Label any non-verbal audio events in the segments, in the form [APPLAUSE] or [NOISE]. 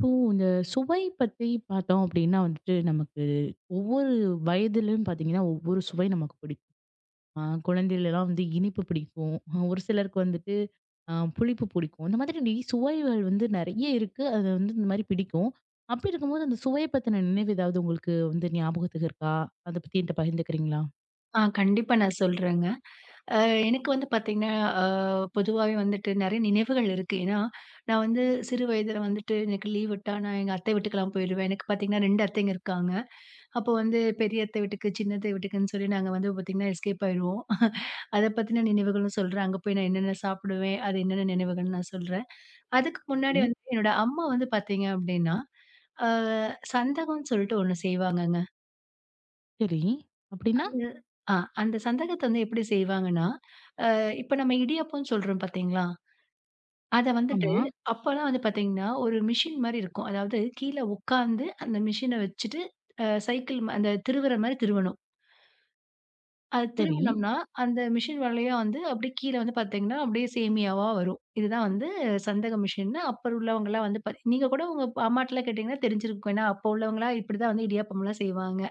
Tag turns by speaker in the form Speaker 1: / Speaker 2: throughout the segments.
Speaker 1: இப்போ இந்த சுவை பத்தி பார்த்தோம் அப்படின்னா வந்துட்டு நமக்கு ஒவ்வொரு வயதிலும் பார்த்தீங்கன்னா ஒவ்வொரு சுவை நமக்கு பிடிக்கும். குழந்தைகளெல்லாம் வந்து இனிப்பு பிடிக்கும். ஒரு சிலருக்கு வந்துட்டு புளிப்பு பிடிக்கும். இந்த மாதிரி சுவைகள் வந்து நிறைய இருக்கு. அது வந்து இந்த மாதிரி பிடிக்கும். அப்படி இருக்கும்போது அந்த சுவையை பத்தின நினைவு ஏதாவது உங்களுக்கு வந்து ஞாபகத்துக்கு இருக்கா? அதை பத்தி என்கிட்ட பகிர்ந்துக்கிறீங்களா?
Speaker 2: ஆ கண்டிப்பா நான் சொல்றேங்க. அ எனக்கு வந்து பார்த்தீங்கன்னா, அ பொதுவாவே வந்துட்டு நெறைய நினைவுகள் இருக்கு. ஏன்னா, நான் வந்து சிறு வயதில வந்துட்டு எனக்கு லீவ் விட்டா நான் எங்க அத்தை வீட்டுக்கெல்லாம் போயிடுவேன். எனக்கு பார்த்தீங்கன்னா 2 அத்தைங்க இருக்காங்க. அப்போ வந்து பெரிய அத்தை வீட்டுக்கு, சின்ன அத்தை வீட்டுக்குன்னு சொல்லி நாங்க வந்து பார்த்தீங்கன்னா எஸ்கேப் ஆயிருவோம். அத பத்தின நினைவுகளும் சொல்றேன். அங்க போய் நான் என்னென்ன சாப்பிடுவேன், அது என்னென்ன நினைவுகள்னு நான் சொல்றேன். அதுக்கு முன்னாடி
Speaker 1: சரி,
Speaker 2: வந்து என்னோட அம்மா வந்து பார்த்தீங்க அப்டின்னா, அ சந்தகம்னு சொல்லிட்டு ஒண்ணு செய்வாங்கங்க.
Speaker 1: சரி. அப்படின்னா
Speaker 2: அது ஆ அந்த சந்தகத்த வந்து எப்டி செய்வாங்கன்னா, இப்ப நம்ம இடியாப்பம்ன்னு சொல்றோம் பார்த்தீங்களா? அத வந்துட்டு
Speaker 1: ஆமா.
Speaker 2: அப்பலாம் வந்து பார்த்தீங்கன்னா, ஒரு மிஷின் மாரி இருக்கும். அதாவது கீழ உட்கார்ந்து அந்த மிஷின வச்சுட்டு, சைக்கிள் அந்த திருவுற மாரி திருவணும். அது
Speaker 1: சரி.
Speaker 2: திருவுனோம்னா, அந்த மிஷின் வழியா வந்து அப்படியே கீழ வந்து பார்த்தீங்கன்னா, அப்படியே சேமியாவா வரும். இதுதான் வந்து சந்தக மிஷின்னு அப்ப உள்ளவங்கலாம் வந்து நீங்க கூட உங்க அம்மாட்டலாம் கேட்டீங்கன்னா தெரிஞ்சிருக்கும். ஏன்னா, அப்போ உள்ளவங்கலாம் இப்படிதான் வந்து இடியாப்பம்லாம் செய்வாங்க.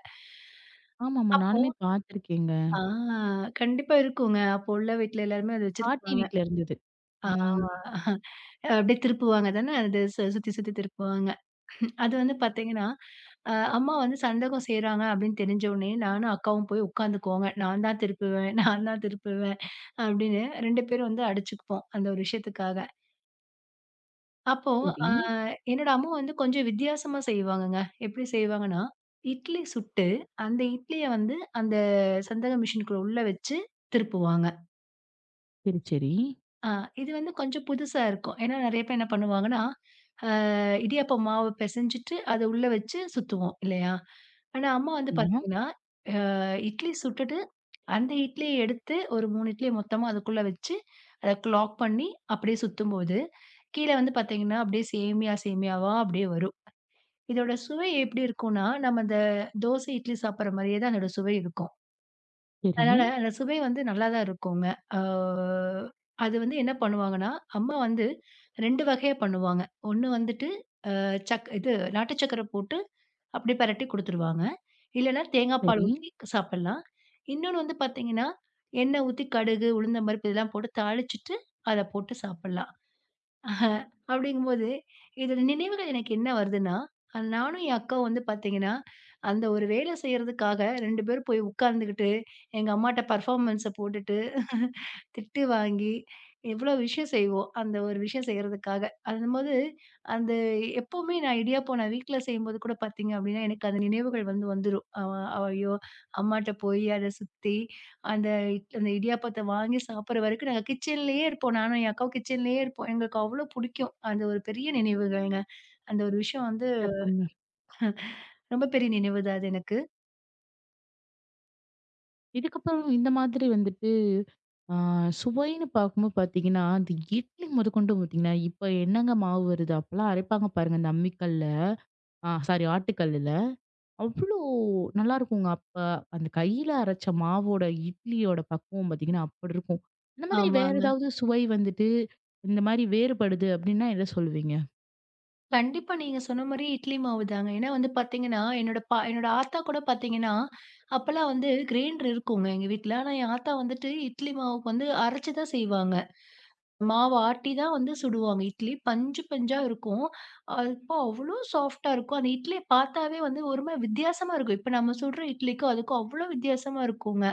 Speaker 1: ஆமா, ஆமா,
Speaker 2: அப்போ
Speaker 1: நானுமே பார்த்துருக்கேங்க.
Speaker 2: ஆ கண்டிப்பா இருக்குங்க. அப்போ உள்ள வீட்ல எல்லாருமே அத
Speaker 1: பாட்டி
Speaker 2: வச்சிருப்பாங்க.
Speaker 1: வீட்ல இருந்தது.
Speaker 2: ஆ.
Speaker 1: ம்.
Speaker 2: அப்படியே திருப்புவாங்க தானே, அது சுத்தி சுத்தி திருப்புவாங்க. அது வந்து பார்த்தீங்கன்னா, அம்மா வந்து சந்தகம் செய்றாங்க அப்படின்னு தெரிஞ்ச உடனே நானும் அக்காவும் போய் உட்காந்துக்குவோங்க. நான் தான் திருப்புவேன், [LAUGHS] நான் தான் திருப்புவேன் அப்படின்னு 2 பேரும் வந்து அடிச்சுக்குப்போம், அந்த ஒரு விஷயத்துக்காக. அப்போ
Speaker 1: சரி,
Speaker 2: அ என்னோட அம்மா வந்து கொஞ்சம் வித்தியாசமா செய்வாங்கங்க. எப்படி செய்வாங்கன்னா, இட்லி சுட்டு அந்த இட்லிய வந்து அந்த சந்தக மிஷின்குள்ள உள்ள வச்சு திருப்புவாங்க.
Speaker 1: சரி. சரி.
Speaker 2: அ இது வந்து கொஞ்சம் புதுசா இருக்கும். ஏன்னா நெறைய பேர் என்ன பண்ணுவாங்கன்னா இடியாப்ப மாவு பெசஞ்சுட்டு, அத உள்ள வச்சு சுத்துவோம் இல்லையா? ஆனா அம்மா வந்து
Speaker 1: ஆமா.
Speaker 2: பாத்தீங்கன்னா, இட்லி சுட்டுட்டு, அந்த இட்லிய எடுத்து ஒரு 3 இட்லிய மொத்தமா அதுக்குள்ள வச்சு, அத லாக் பண்ணி அப்படியே சுத்தும்போது, கீழ வந்து பாத்தீங்கன்னா, அப்படியே சேமியா சேமியாவா அப்படியே வரும். இதோட சுவை எப்படி இருக்கும்னா, நம்ம அந்த தோசை, இட்லி சாப்பிடுற மாரியே தான் அதோட சுவை இருக்கும்.
Speaker 1: சரி,
Speaker 2: அதனால அந்த சுவை வந்து நல்லா தான் இருக்குங்க. ஆ அது வந்து என்ன பண்ணுவாங்கன்னா, அம்மா வந்து 2 வகையா பண்ணுவாங்க. ஒண்ணு வந்துட்டு அ சக் இது நாட்டு சர்க்கரை போட்டு அப்படி பெரட்டி குடுத்துருவாங்க. இல்லன்னா தேங்காய் பால்
Speaker 1: சரி.
Speaker 2: ஊத்தி சாப்பிடலாம். இன்னொன்னு வந்து பார்த்தீங்கன்னா, எண்ணெய் ஊத்தி கடுகு, உளுந்தம் பருப்பு இதெல்லாம் போட்டு தாளிச்சுட்டு, அத போட்டு சாப்பிடலாம். ஆஹா. அப்படிங்கும்போது, இதுல நினைவுகள் எனக்கு என்ன வருதுன்னா, நானும் என் அக்காவும் வந்து பாத்தீங்கன்னா, அந்த ஒரு வேலை செய்றதுக்காக 2 பேரும் போய் உட்கார்ந்துகிட்டு, எங்க அம்மாட்ட பெர்ஃபார்மன்ஸ போட்டுட்டு, திட்டு வாங்கி, எவ்வளோ விஷயம் செய்வோம். அந்த ஒரு விஷயம் செய்றதுக்காக. அதும்போது, அந்த எப்பவுமே நான் இடியாப்பம் நான் வீட்ல செய்யும்போது கூட பாத்தீங்க அப்படின்னா, எனக்கு அந்த நினைவுகள் வந்து வந்துரும். அவ அவ ஐயோ! அம்மாட்ட போய் அத சுத்தி அந்த அந்த இடியாப்பத்த வாங்கி சாப்பிடுற வரைக்கும் நாங்க கிச்சன்லயே இருப்போம். நானும் என் அக்காவும் கிச்சன்லயே இருப்போம். எங்களுக்கு அவ்ளோ புடிக்கும். அது ஒரு பெரிய நினைவுகள்ங்க. அந்த ஒரு விஷயம் வந்து
Speaker 1: சிறப்புங்க.
Speaker 2: ரொம்ப பெரிய நினைவு தான் அது எனக்கு.
Speaker 1: இதுக்கப்புறம் இந்த மாதிரி வந்துட்டு, ஆ சுவைன்னு பார்க்கும்போது பார்த்தீங்கன்னா, அந்த இட்லி முதற்கொண்டு பார்த்தீங்கன்னா, இப்ப என்னங்க மாவு வருது? அப்பலாம் அரைப்பாங்க பாருங்க இந்த அம்மிக்கல்ல. ஆ சாரி, ஆட்டுக்கல்லுல. அவ்ளோ நல்லாருக்குங்க. அப்ப அந்த கையில அரைச்ச மாவோட, இட்லியோட பக்குவம் பார்த்தீங்கன்னா, அப்படி இருக்கும். இந்த மாதிரி வேற
Speaker 2: ஆமாங்க.
Speaker 1: ஏதாவது சுவை வந்துட்டு, இந்த மாரி வேறுபடுது அப்படின்னா எத சொல்லுவீங்க?
Speaker 2: கண்டிப்பா நீங்க சொன்ன மாரி இட்லி மாவு தாங்க. ஏன்னா வந்து பார்த்தீங்கன்னா, என்னோட ஆத்தா கூட பார்த்தீங்கன்னா, அப்பலாம் வந்து கிரைண்டர் இருக்குங்க எங்க வீட்ல. ஆனா என் ஆத்தா வந்துட்டு இட்லி மாவுக்கு வந்து அரைச்சு தான் செய்வாங்க. மாவு ஆட்டி தான் வந்து சுடுவாங்க இட்லி. பஞ்சு பஞ்சா இருக்கும். அப்போ அவ்ளோ சாஃப்ட்டா இருக்கும். அந்த இட்லிய பார்த்தாவே வந்து ஒரு மாரி வித்தியாசமா இருக்கும். இப்ப நம்ம சுடுற இட்லிக்கும், அதுக்கும் அவ்ளோ வித்தியாசமா இருக்குங்க.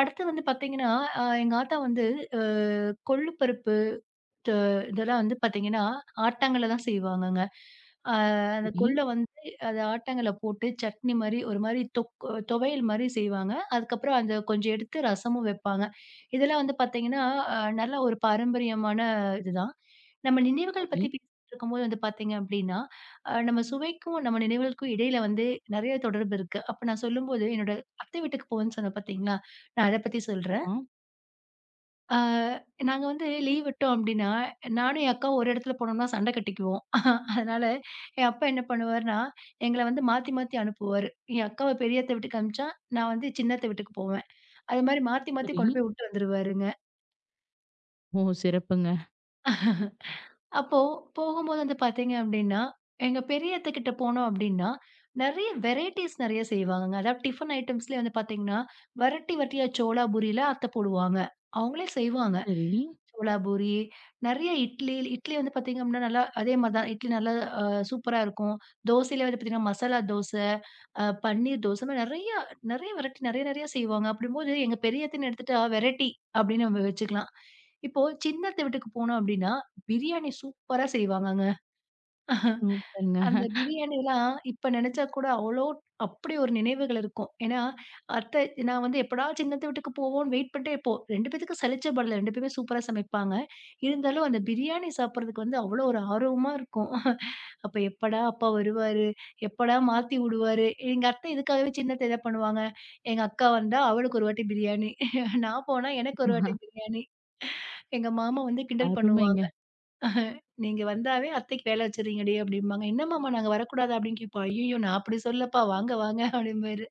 Speaker 2: அடுத்து வந்து பார்த்தீங்கன்னா, எங்க ஆத்தா வந்து அ கொள்ளு பருப்பு டு இதெல்லாம் வந்து பார்த்தீங்கன்னா, ஆட்டாங்கல்ல தான் செய்வாங்கங்க. அ அந்த
Speaker 1: சரி,
Speaker 2: கொள்ள வந்து அது ஆட்டாங்கல்ல போட்டு சட்னி மாரி ஒரு மாரி துவையல் மாரி செய்வாங்க. அதுக்கப்புறம் அந்த கொஞ்சம் எடுத்து ரசமும் வைப்பாங்க. இதெல்லாம் வந்து பார்த்தீங்கன்னா, நல்ல ஒரு பாரம்பரியமான இதுதான். நம்ம நினைவுகள்
Speaker 1: சரி.
Speaker 2: பத்தி பேசிட்டு இருக்கும்போது வந்து பார்த்தீங்க அப்டின்னா, நம்ம சுவைக்கும், நம்ம நினைவுகளுக்கும் இடையில வந்து நெறைய தொடர்பு இருக்கு. அப்ப நான் சொல்லும்போது, என்னோட அத்தை வீட்டுக்கு போவேன்னு சொன்னேன் பார்த்தீங்களா? நான் அத பத்தி சொல்றேன்.
Speaker 1: ஆ,
Speaker 2: ஆ நாங்க வந்து லீவ் விட்டோம் அப்டின்னா, நானும் என் அக்காவும் ஒரு இடத்துல போனோம்னா சண்டை கட்டிக்குவோம். [LAUGHS] அதனால என் அப்பா என்ன பண்ணுவாருன்னா, எங்கள வந்து மாத்தி மாத்தி அனுப்புவாரு. என் அக்காவ பெரிய அத்தை வீட்டுக்கு அனுப்பிச்சா, நான் வந்து சின்ன அத்தை வீட்டுக்கு போவேன். அது மாரி மாத்தி மாத்தி
Speaker 1: சரி.
Speaker 2: கொண்டு போய் விட்டு வந்துருவாருங்க.
Speaker 1: ஓ! சிறப்புங்க.
Speaker 2: அப்போ போகும்போது வந்து பார்த்தீங்க அப்டின்னா, எங்க பெரிய அத்தை கிட்ட போனோம் அப்டின்னா, நெறைய வெரைட்டீஸ் நெறைய செய்வாங்கங்க. அதாவது டிஃபன் ஐட்டம்ஸ்லயே வந்து பார்த்தீங்கன்னா, வரட்டி வரட்டியா சோளா பூரியில அத்தை போடுவாங்க. அவங்களே செய்வாங்க.
Speaker 1: சரி.
Speaker 2: சோளா பூரி, நெறைய இட்லி, இட்லி வந்து பார்த்தீங்க அப்படின்னா, நல்லா அதே மாரி தான். இட்லி நல்லா அ சூப்பரா இருக்கும். தோசையில வந்து பார்த்தீங்கன்னா, மசாலா தோச, பன்னீர் தோச, இந்த மாரி நெறைய நெறைய வெரைட்டி நெறைய நெறைய செய்வாங்க. அப்படிம்போது எங்க பெரியத்தன்னு எடுத்துட்டா வெரைட்டி அப்படின்னு நம்ம வச்சுக்கலாம். இப்போ சின்னத்த வீட்டுக்கு போனோம் அப்படின்னா, பிரியாணி சூப்பரா செய்வாங்கங்க.
Speaker 1: சூப்பருங்க.
Speaker 2: அந்த பிரியாணிலாம் இப்ப நினைச்சா கூட அவ்ளோ அப்படி ஒரு நினைவுகள் இருக்கும். ஏன்னா, அத்தை நான் வந்து எப்படா சின்னத்த வீட்டுக்கு போவோம்ன்னு வெயிட் பண்ணிட்டே இருப்போம். 2 பேத்துக்கும் சலிச்சப்படல. 2 பேருமே சூப்பரா சமைப்பாங்க. இருந்தாலும் அந்த பிரியாணி சாப்பிடுறதுக்கு வந்து அவ்ளோ ஒரு ஆர்வமா இருக்கும். [LAUGHS] அப்ப எப்படா அப்பா வருவாரு? எப்படா மாத்தி விடுவாரு? எங்க அத்தை இதுக்காகவே சின்னத்த இத பண்ணுவாங்க. எங்க அக்கா வந்தா அவளுக்கு ஒரு வாட்டி பிரியாணி. [LAUGHS] நான் போனா எனக்கு ஒரு வாட்டி பிரியாணி. எங்க மாமா வந்து கிண்டல் பண்ணுவாங்க.
Speaker 1: அருமைங்க.
Speaker 2: நீங்க வந்தாவே அத்தைக்கு வேலை வச்சுறீங்கடி அப்படிம்பாங்க. என்னம்மாம்மா நாங்க வரக்கூடாதா? அப்படின்னு கேட்போம். ஐய்யய்யோ! நான் அப்படி சொல்லப்பா. வாங்க வாங்க அப்படிம்பாரு.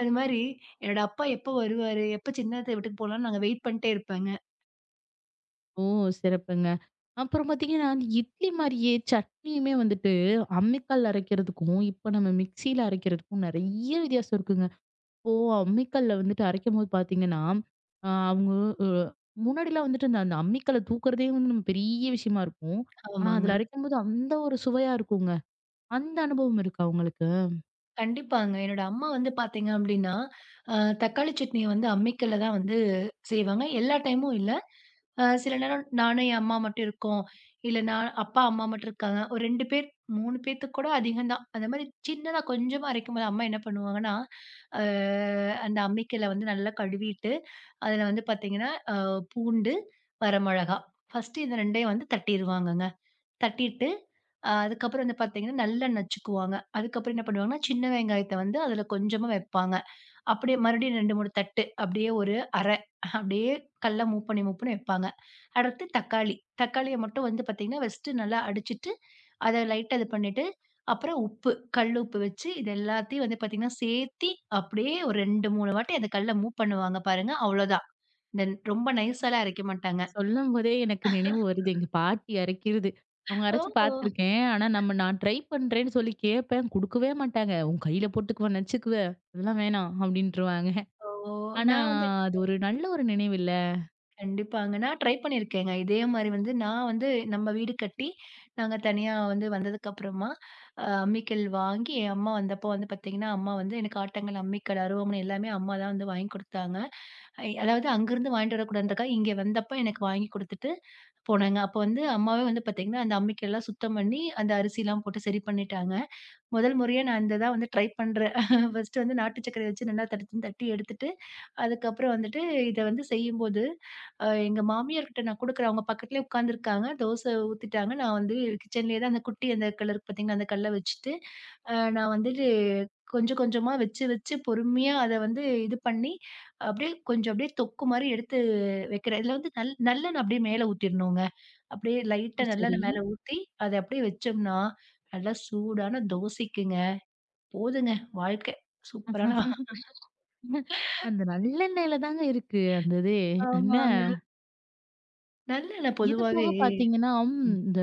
Speaker 2: அது மாரி என்னோட அப்பா எப்ப வருவாரு? எப்ப சின்னத்த வீட்டுக்கு போலாம்ன்னு நாங்க வெயிட் பண்ணிட்டே இருப்பேங்க.
Speaker 1: ஓ! சிறப்புங்க. அப்புறம் பார்த்தீங்கன்னா, அந்த இட்லி மாரியே சட்னியுமே வந்துட்டு அம்மிக்கல்ல அரைக்கிறதுக்கும், இப்ப நம்ம மிக்ஸியில அரைக்கிறதுக்கும் நெறைய வித்தியாசம் இருக்குங்க. இப்போ அம்மிக்கல்ல வந்துட்டு அரைக்கும்போது பார்த்தீங்கன்னா, அவங்க அ முன்னாடிலாம் வந்துட்டு அந்த அந்த அம்மிக்கல்ல தூக்குறதே வந்து நம்ம பெரிய விஷயமா இருக்கும். ஆனா, அதில
Speaker 2: ஆமாங்க.
Speaker 1: அரைக்கும்போது அந்த ஒரு சுவையா இருக்குங்க. அந்த அனுபவம் இருக்கா உங்களுக்கு?
Speaker 2: கண்டிப்பாங்க. என்னோட அம்மா வந்து பார்த்தீங்க அப்டின்னா, அ தக்காளி சட்னிய வந்து அம்மிக்கல்ல தான் வந்து செய்வாங்க. எல்லா டைமும் இல்ல. சில நேரம் நானும் என் அம்மா மட்டும் இருக்கோம். இல்ல நான் அப்பா, அம்மா மட்டும் இருக்காங்க. ஒரு 2 பேர் 3 பேத்துக்கு கூட அதிகம் தான். அந்த மாரி சின்னதா கொஞ்சமா அரைக்கும்போது அம்மா என்ன பண்ணுவாங்கன்னா, அ அந்த அம்மிக்கல்ல வந்து நல்லா கழுவிட்டு, அதில வந்து பார்த்தீங்கன்னா, பூண்டு, வரமிளகா, ஃபர்ஸ்ட்டு இந்த 2யும் வந்து தட்டிருவாங்கங்க. தட்டிட்டு, அதுக்கப்புறம் வந்து பார்த்தீங்கன்னா, நல்லா நச்சுக்குவாங்க. அதுக்கப்புறம் என்ன பண்ணுவாங்கன்னா, சின்ன வெங்காயத்த வந்து அதில கொஞ்சமா வைப்பாங்க. அப்படியே மறுபடியும் 2, 3 தட்டு. அப்படியே ஒரு அரை. அப்படியே கல்ல மூவ் பண்ணி, மூவ் பண்ணி வைப்பாங்க. அடுத்து தக்காளி. தக்காளிய மட்டும் வந்து பார்த்தீங்கன்னா, ஃபர்ஸ்ட்டு நல்லா அடிச்சுட்டு, அத லைட்டா இது பண்ணிட்டு, அப்புறம் உப்பு. கல் உப்பு வச்சு இது எல்லாத்தையும் வந்து பார்த்தீங்கன்னா, சேர்த்தி அப்படியே ஒரு 2, 3 வாட்டி அந்த கல்ல மூவ் பண்ணுவாங்க பாருங்க. அவ்வளோதான். இந்த ரொம்ப நைஸாலாம் அரைக்க மாட்டாங்க.
Speaker 1: சொல்லும்போதே எனக்கு நினைவு வருது. எங்க பாட்டி அரைக்கிறது. அவங்க
Speaker 2: ஓ!
Speaker 1: அரைச்சு
Speaker 2: ஓ!
Speaker 1: பார்த்துருக்கேன். ஆனா நான் ட்ரை பண்றேன்னு சொல்லி கேட்பேன். குடுக்கவே மாட்டாங்க. "உன் கையில போட்டுக்குவ, நச்சுக்குவ, அதெல்லாம் வேணாம்" அப்படின்ருவாங்க.
Speaker 2: ஓ.
Speaker 1: ஆனா
Speaker 2: நான் வந்து
Speaker 1: அது ஒரு நல்ல ஒரு நினைவு இல்ல.
Speaker 2: கண்டிப்பாங்க. நான் ட்ரை பண்ணியிருக்கேங்க. இதே மாரி வந்து நான் வந்து நம்ம வீடு கட்டி, நாங்க தனியா வந்து வந்ததுக்கப்புறமா, அம்மிக்கல் வாங்கி என் அம்மா வந்தப்போ வந்து பார்த்தீங்கன்னா, அம்மா வந்து எனக்கு ஆட்டங்கல், அம்மிக்கல், அருவாமனை எல்லாமே அம்மா தான் வந்து வாங்கி குடுத்தாங்க. அதாவது அங்கருந்து வாங்கிட்டு வரக்கூடாதுன்றதுக்காக இங்க வந்தப்ப எனக்கு வாங்கி குடுத்துட்டு போனாங்க. அப்போ வந்து அம்மாவே வந்து பார்த்தீங்கன்னா, அந்த அம்மிக்கல்லாம் சுத்தம் பண்ணி, அந்த அரிசிலாம் போட்டு சரி பண்ணிட்டாங்க. முதல் முறையா நான் இந்த தான் வந்து ட்ரை பண்றேன். [LAUGHS] ஃபர்ஸ்ட்டு வந்து நாட்டு சர்க்கரைய வச்சு நல்லா தடுத்துன்னு தட்டி எடுத்துட்டு அதுக்கப்புறம் வந்துட்டு இத வந்து செய்யும்போது, எங்க மாமியார்கிட்ட நான் குடுக்குறேன். அவங்க பக்கத்துலயே உட்காந்துருக்காங்க. தோசை ஊத்திட்டாங்க. நான் வந்து கிச்சன்லயே தான் அந்த குட்டி அந்த கல்லு இருக்கு பார்த்தீங்களா, அந்த கல்ல வச்சுட்டு, நான் வந்துட்டு கொஞ்சம் கொஞ்சமா வச்சு வச்சு பொறுமையா அத வந்து இது பண்ணி, அப்படியே கொஞ்சம் அப்படியே தொக்கு மாரி எடுத்து வைக்கிறேன். இதுல வந்து நல்லெண்ணெய் அப்படியே மேல ஊத்திரணுங்க. அப்படியே
Speaker 1: ஓ!
Speaker 2: லைட்டா
Speaker 1: சரி.
Speaker 2: நல்லெண்ணெய் மேல ஊத்தி, அத அப்படியே வச்சோம்னா, நல்லா சூடான தோசைக்குங்க. போதுங்க வாழ்க்கை. சூப்பரான
Speaker 1: [LAUGHS] அந்த நல்லெண்ணெயில தாங்க இருக்கு அந்த இதே. என்ன
Speaker 2: ஆமாங்க. நல்லெண்ணெய்
Speaker 1: இது
Speaker 2: பொதுவாவே
Speaker 1: போக பார்த்தீங்கன்னா,
Speaker 2: ம்.
Speaker 1: இந்த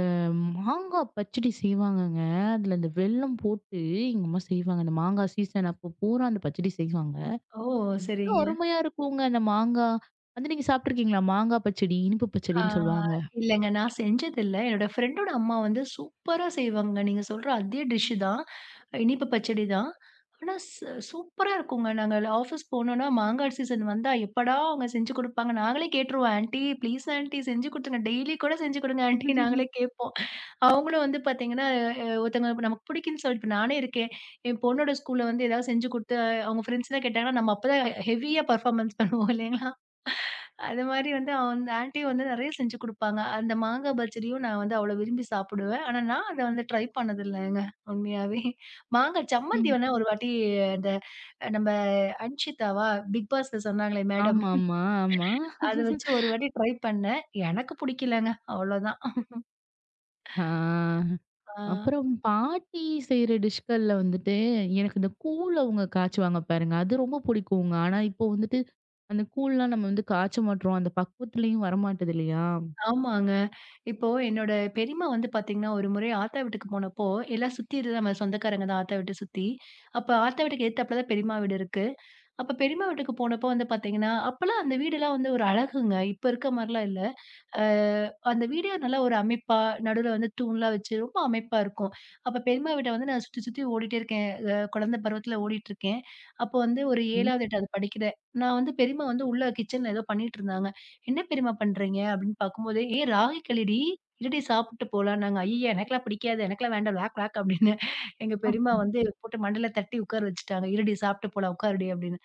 Speaker 1: மாங்கா பச்சடி செய்வாங்கங்க. அதுல இந்த வெல்லம் போட்டு எங்க அம்மா செய்வாங்க. அந்த மாங்கா சீசன் அப்போ பூரா அந்த பச்சடி செய்வாங்க.
Speaker 2: ஓ! சரிங்க.
Speaker 1: அருமையா இருக்குங்க. அந்த மாங்கா வந்து நீங்க சாப்பிட்டுருக்கீங்களா? மாங்கா பச்சடி, இனிப்பு
Speaker 2: ஆ
Speaker 1: பச்சடின்னு சொல்லுவாங்க.
Speaker 2: இல்லங்க. நான் செஞ்சதில்ல. என்னோட ஃப்ரெண்டோட அம்மா வந்து சூப்பரா செய்வாங்க. நீங்க சொல்ற அதே டிஷ் தான். இனிப்பு பச்சடி தான். ஆனா சூப்பரா இருக்குங்க. நாங்க ஆஃபீஸ் போனோம்னா, மாங்காய் சீசன் வந்தா எப்படா அவங்க செஞ்சு குடுப்பாங்க. நாங்களே கேட்டுருவோம். ஆன்டி ப்ளீஸ் ஆன்டி செஞ்சு குடுத்துருங்க. டெய்லி கூட செஞ்சு குடுங்க ஆன்டி நாங்களே
Speaker 1: [LAUGHS]
Speaker 2: கேட்போம். அவங்களும் வந்து பார்த்தீங்கன்னா, ஒருத்தவங்க நமக்கு பிடிக்குன்னு சொல்லிட்டு இப்ப நானே இருக்கேன். என் பொண்ணோட ஸ்கூல்ல வந்து ஏதாவது செஞ்சு குடுத்து அவங்க ஃப்ரெண்ட்ஸ்லாம் கேட்டாங்கன்னா, நம்ம அப்பதான் ஹெவியா பெர்ஃபார்மன்ஸ் பண்ணுவோம் இல்லைங்களா? அது மாரி வந்து அந்த ஆன்டி வந்து நெறைய செஞ்சு குடுப்பாங்க. அந்த மாங்கா பஜ்ஜியும் நான் வந்து அவ்வளோ விரும்பி சாப்பிடுவேன். ஆனா, நான் அத வந்து ட்ரை பண்ணதில்லங்க உண்மையாவே. மாங்கா சம்மந்தி
Speaker 1: ம்.
Speaker 2: வேணா ஒரு வாட்டி அந்த நம்ம அன்ஷிதாவா பிக் பாஸ்ல சொன்னாங்களே மேடம்.
Speaker 1: ஆமா, ஆமா, ஆமா.
Speaker 2: அத வச்சு ஒரு வாட்டி ட்ரை பண்ணேன். எனக்கு புடிக்கலங்க அவ்வளோதான்.
Speaker 1: ஆ
Speaker 2: ஆ
Speaker 1: அப்புறம் பாட்டி செய்ற டிஷ்கள்ல வந்துட்டு, எனக்கு இந்த கூழ் அவங்க காய்ச்சுவாங்க பாருங்க. அது ரொம்ப பிடிக்குங்க. ஆனா இப்போ வந்துட்டு, அந்த கூழ்லாம் நம்ம வந்து காய்ச்ச மாட்றோம். அந்த பக்குவத்துலயும் வரமாட்டது இல்லையா?
Speaker 2: ஆமாங்க. இப்போ என்னோட பெரியம்மா வந்து பார்த்தீங்கன்னா, ஒரு முறை ஆத்தா வீட்டுக்கு போனப்போ, எல்லாம் சுத்தி இருந்த நம்ம சொந்தக்காரங்க தான் ஆத்தா வீட்ட சுத்தி. அப்ப ஆத்தா வீட்டுக்கு எதுத்தாப்புல தான் பெரியம்மா வீடு இருக்கு. அப்ப பெரியம்மா வீட்டுக்கு போனப்போ வந்து பார்த்தீங்கன்னா, அப்பலாம் அந்த வீடெல்லாம் வந்து ஒரு அழகுங்க. இப்ப இருக்க மாரிலாம் இல்ல. அ அந்த வீடியோ நல்லா ஒரு அமைப்பா, நடுவுல வந்து தூண்லாம் வச்சு ரொம்ப அமைப்பா இருக்கும். அப்ப பெரியம்மா வீட்ட வந்து நான் சுத்தி, சுத்தி ஓடிட்டே இருக்கேன். குழந்தை பருவத்துல ஓடிட்டுருக்கேன். அப்போ வந்து ஒரு
Speaker 1: வீட்ல
Speaker 2: 7வது, 8வது படிக்கிறேன். நான் வந்து பெரியம்மா வந்து உள்ள கிச்சன்ல ஏதோ பண்ணிட்டுருந்தாங்க. "என்ன பெரியம்மா பண்றீங்க?" அப்படின்னு பார்க்கும்போது, "ஏய் ராகி களிடி, இருடி சாப்பிட்டு போலாம்னாங்க." "ஐயய்ய! எனக்கெல்லாம் பிடிக்காது. எனக்கெல்லாம் வேண்டாம். வேக் வேக்" அப்படின்னு எங்க பெரியம்மா வந்து போட்டு மண்டையில தட்டி உட்கார வச்சுட்டாங்க. "இருடி சாப்பிட்டு போலாம். உட்காருடி" அப்படின்னு.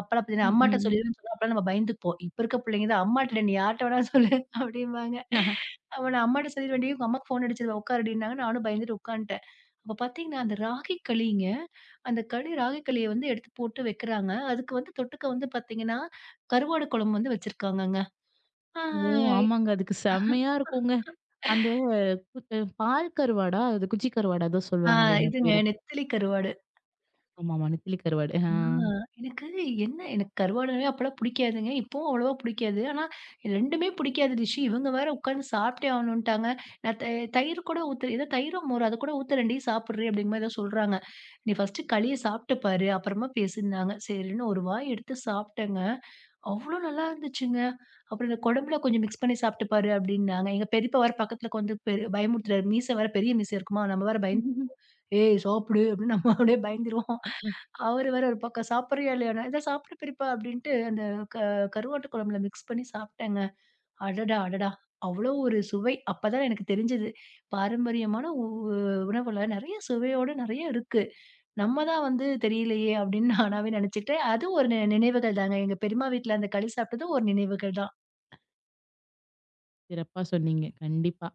Speaker 2: அப்பலாம் பார்த்தீங்கன்னா, அம்மாட்ட
Speaker 1: ம்.
Speaker 2: சொல்லிருவேன்னு சொன்னா, அப்பலாம் நம்ம பயந்துப்போம். இப்ப இருக்க பிள்ளைங்க தான், "அம்மாட்ட இல்ல, நீ யார்ட்ட வேணாலும் சொல்லு." அப்படிம்பாங்க.
Speaker 1: ம்.
Speaker 2: அப்ப நான் அம்மாட்ட சொல்லிருவேன்டி, உங்க அம்மாக்கு ஃபோன் அடிச்சிருவா உட்காருடின்னாங்க. நானும் பயந்துட்டு உட்காந்துட்டேன். அப்ப பார்த்தீங்கன்னா, அந்த ராகி களிங்க, அந்த களி ராகி களிய வந்து எடுத்து போட்டு வைக்கிறாங்க. அதுக்கு வந்து தொட்டுக்க வந்து பார்த்தீங்கன்னா, கருவாடு குழம்பு வந்து வச்சிருக்காங்கங்க. ஆ,
Speaker 1: ஓ! ஆமாங்க. அதுக்கு செம்மையா இருக்குங்க. அந்த குத் பால் கருவாடா? அது குச்சி கருவாடா ஏதோ
Speaker 2: ஆ
Speaker 1: சொல்லுவாங்களே அது
Speaker 2: இதுங்க
Speaker 1: பேரு.
Speaker 2: நெத்திலி கருவாடு.
Speaker 1: ஆமாமா. நெத்திலி கருவாடு. ஆ.
Speaker 2: ஆ, எனக்கு எனக்கு கருவாடுனாவே அப்பலாம் பிடிக்காதுங்க. இப்பவும் அவ்வளவா பிடிக்காது. ஆனா 2மே பிடிக்காத டிஷ்ஷு. இவங்க வேற உட்காந்து சாப்பிட்டே ஆகணுன்ட்டாங்க. நான் த தயிர் கூட ஊத்து ஏதோ தயிரோ, மோரோ அது கூட ஊத்துறேன்டி சாப்பிடுறி அப்படிங்கிற மாரி ஏதோ சொல்றாங்க. "நீ ஃபர்ஸ்ட்டு களிய சாப்பிட்டு பாரு. அப்புறமா பேசுன்னாங்க." சரின்னு ஒரு வாய் எடுத்து சாப்பிட்டேங்க. அவ்ளோ நல்லா இருந்துச்சுங்க. அப்புறம் இந்த குழம்புல கொஞ்சம் மிக்ஸ் பண்ணி சாப்பிட்டு பாரு அப்படின்னாங்க. எங்க பெரியப்பா வேற பக்கத்துல உட்காந்து பயமுறுத்துறாரு. மீச வேற பெரிய மீச இருக்குமா, நம்ம வேற பயந்து
Speaker 1: [LAUGHS]
Speaker 2: "ஏய் சாப்பிடு" அப்படின்னு நம்ம அப்படியே பயந்துருவோம். அவரு வேற ஒரு பக்கம் சாப்பிடுறியா இல்லையான்னு, "இந்தா சாப்பிடு பெரியப்பா" அப்படின்ட்டு அந்த க கருவாட்டு குழம்புல மிக்ஸ் பண்ணி சாப்பிட்டேங்க. அடடா! அடடா! அவ்வளோ ஒரு சுவை. அப்பதான் எனக்கு தெரிஞ்சது. பாரம்பரியமான உணவுல நெறைய சுவையோட நெறைய இருக்கு. நம்ம தான் வந்து தெரியலையே அப்படின்னு [LAUGHS] நானாவே நினைச்சுக்கிட்டேன். அது ஒரு நினைவுகள் தாங்க. எங்க பெரியம்மா வீட்ல அந்த களி சாப்பிட்டதும் ஒரு நினைவுகள் தான்.
Speaker 1: சிறப்பா சொன்னீங்க. கண்டிப்பா.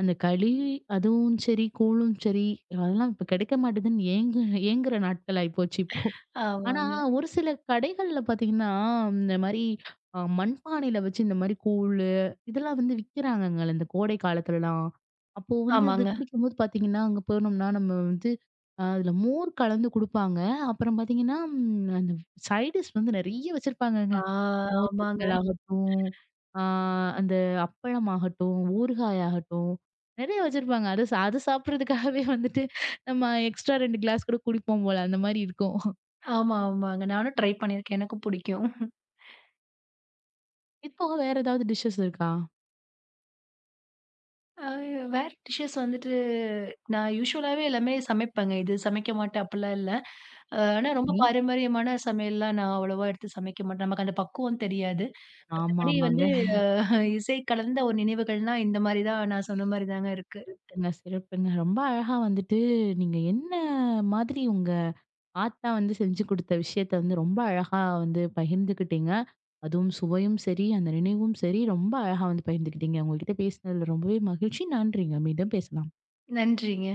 Speaker 1: அந்த களி அதுவும் சரி, கூழும் சரி, அதெல்லாம் இப்ப கிடைக்க மாட்டேதுன்னு ஏங்குற நாட்கள் ஆயிப்போச்சு இப்போ. ஆனா,
Speaker 2: ஆமாங்க,
Speaker 1: ஒரு சில கடைகள்ல பார்த்தீங்கன்னா, இந்த மாரி மண்பானையில வச்சு இந்த மாரி கூழு, இதெல்லாம் வந்து விக்கிறாங்கங்க இந்த கோடை காலத்துலலாம். அப்போ வந்து இது
Speaker 2: ஆமாங்க.
Speaker 1: குடிக்கும்போது பார்த்தீங்கன்னா, அங்க போனோம்னா நம்ம வந்து அதுல மோர் கலந்து குடுப்பாங்க. அப்புறம் பார்த்தீங்கன்னா, ம் அந்த சைட் டிஷ் வந்து நெறைய வச்சிருப்பாங்கங்க.
Speaker 2: ஆ
Speaker 1: மோர்
Speaker 2: ஆமாங்க.
Speaker 1: வத்தல் ஆகட்டும், ஆ அந்த அப்பளம் ஆகட்டும், ஊறுகாய் ஆகட்டும், நெறைய வச்சிருப்பாங்க. அது அது சாப்பிடுறதுக்காகவே வந்துட்டு நம்ம எக்ஸ்ட்ரா 2 கிளாஸ் கூட குடிப்போம் போல, அந்த மாரி இருக்கும்.
Speaker 2: ஆமா, ஆமாங்க. நானும் ட்ரை பண்ணியிருக்கேன். எனக்கும் பிடிக்கும்.
Speaker 1: இது போக வேற ஏதாவது டிஷ்ஷஸ் இருக்கா?
Speaker 2: அ வேற டிஷ்ஷஸ் வந்துட்டு நான் யூசுவலாவே எல்லாமே சமைப்பேங்க. இது சமைக்க மாட்டேன் அப்டிலாம் இல்ல. ஆனா ரொம்ப
Speaker 1: சரி.
Speaker 2: பாரம்பரியமான சமையல்லாம் நான் அவ்வளவா எடுத்து சமைக்க மாட்டேன். நமக்கு அந்த பக்குவம் தெரியாது.
Speaker 1: ஆமா,
Speaker 2: மத்தபடி
Speaker 1: ஆமாங்க.
Speaker 2: வந்து இசை கலந்த ஒரு நினைவுகள்னா இந்த மாரி தான் நான் சொன்ன மாரி தாங்க இருக்கு.
Speaker 1: சிறப்புங்க, சிறப்புங்க. ரொம்ப அழகா வந்துட்டு நீங்க என்ன மாதிரி உங்க ஆத்தா வந்து செஞ்சு குடுத்த விஷயத்த வந்து ரொம்ப அழகா வந்து பகிர்ந்துக்கிட்டீங்க. அதுவும் சுவையும் சரி, அந்த நினைவும் சரி, ரொம்ப அழகா வந்து பகிர்ந்துக்கிட்டீங்க. உங்ககிட்ட பேசினதுல ரொம்பவே மகிழ்ச்சி. நன்றிங்க. மீண்டும் பேசலாம்.
Speaker 2: நன்றிங்க.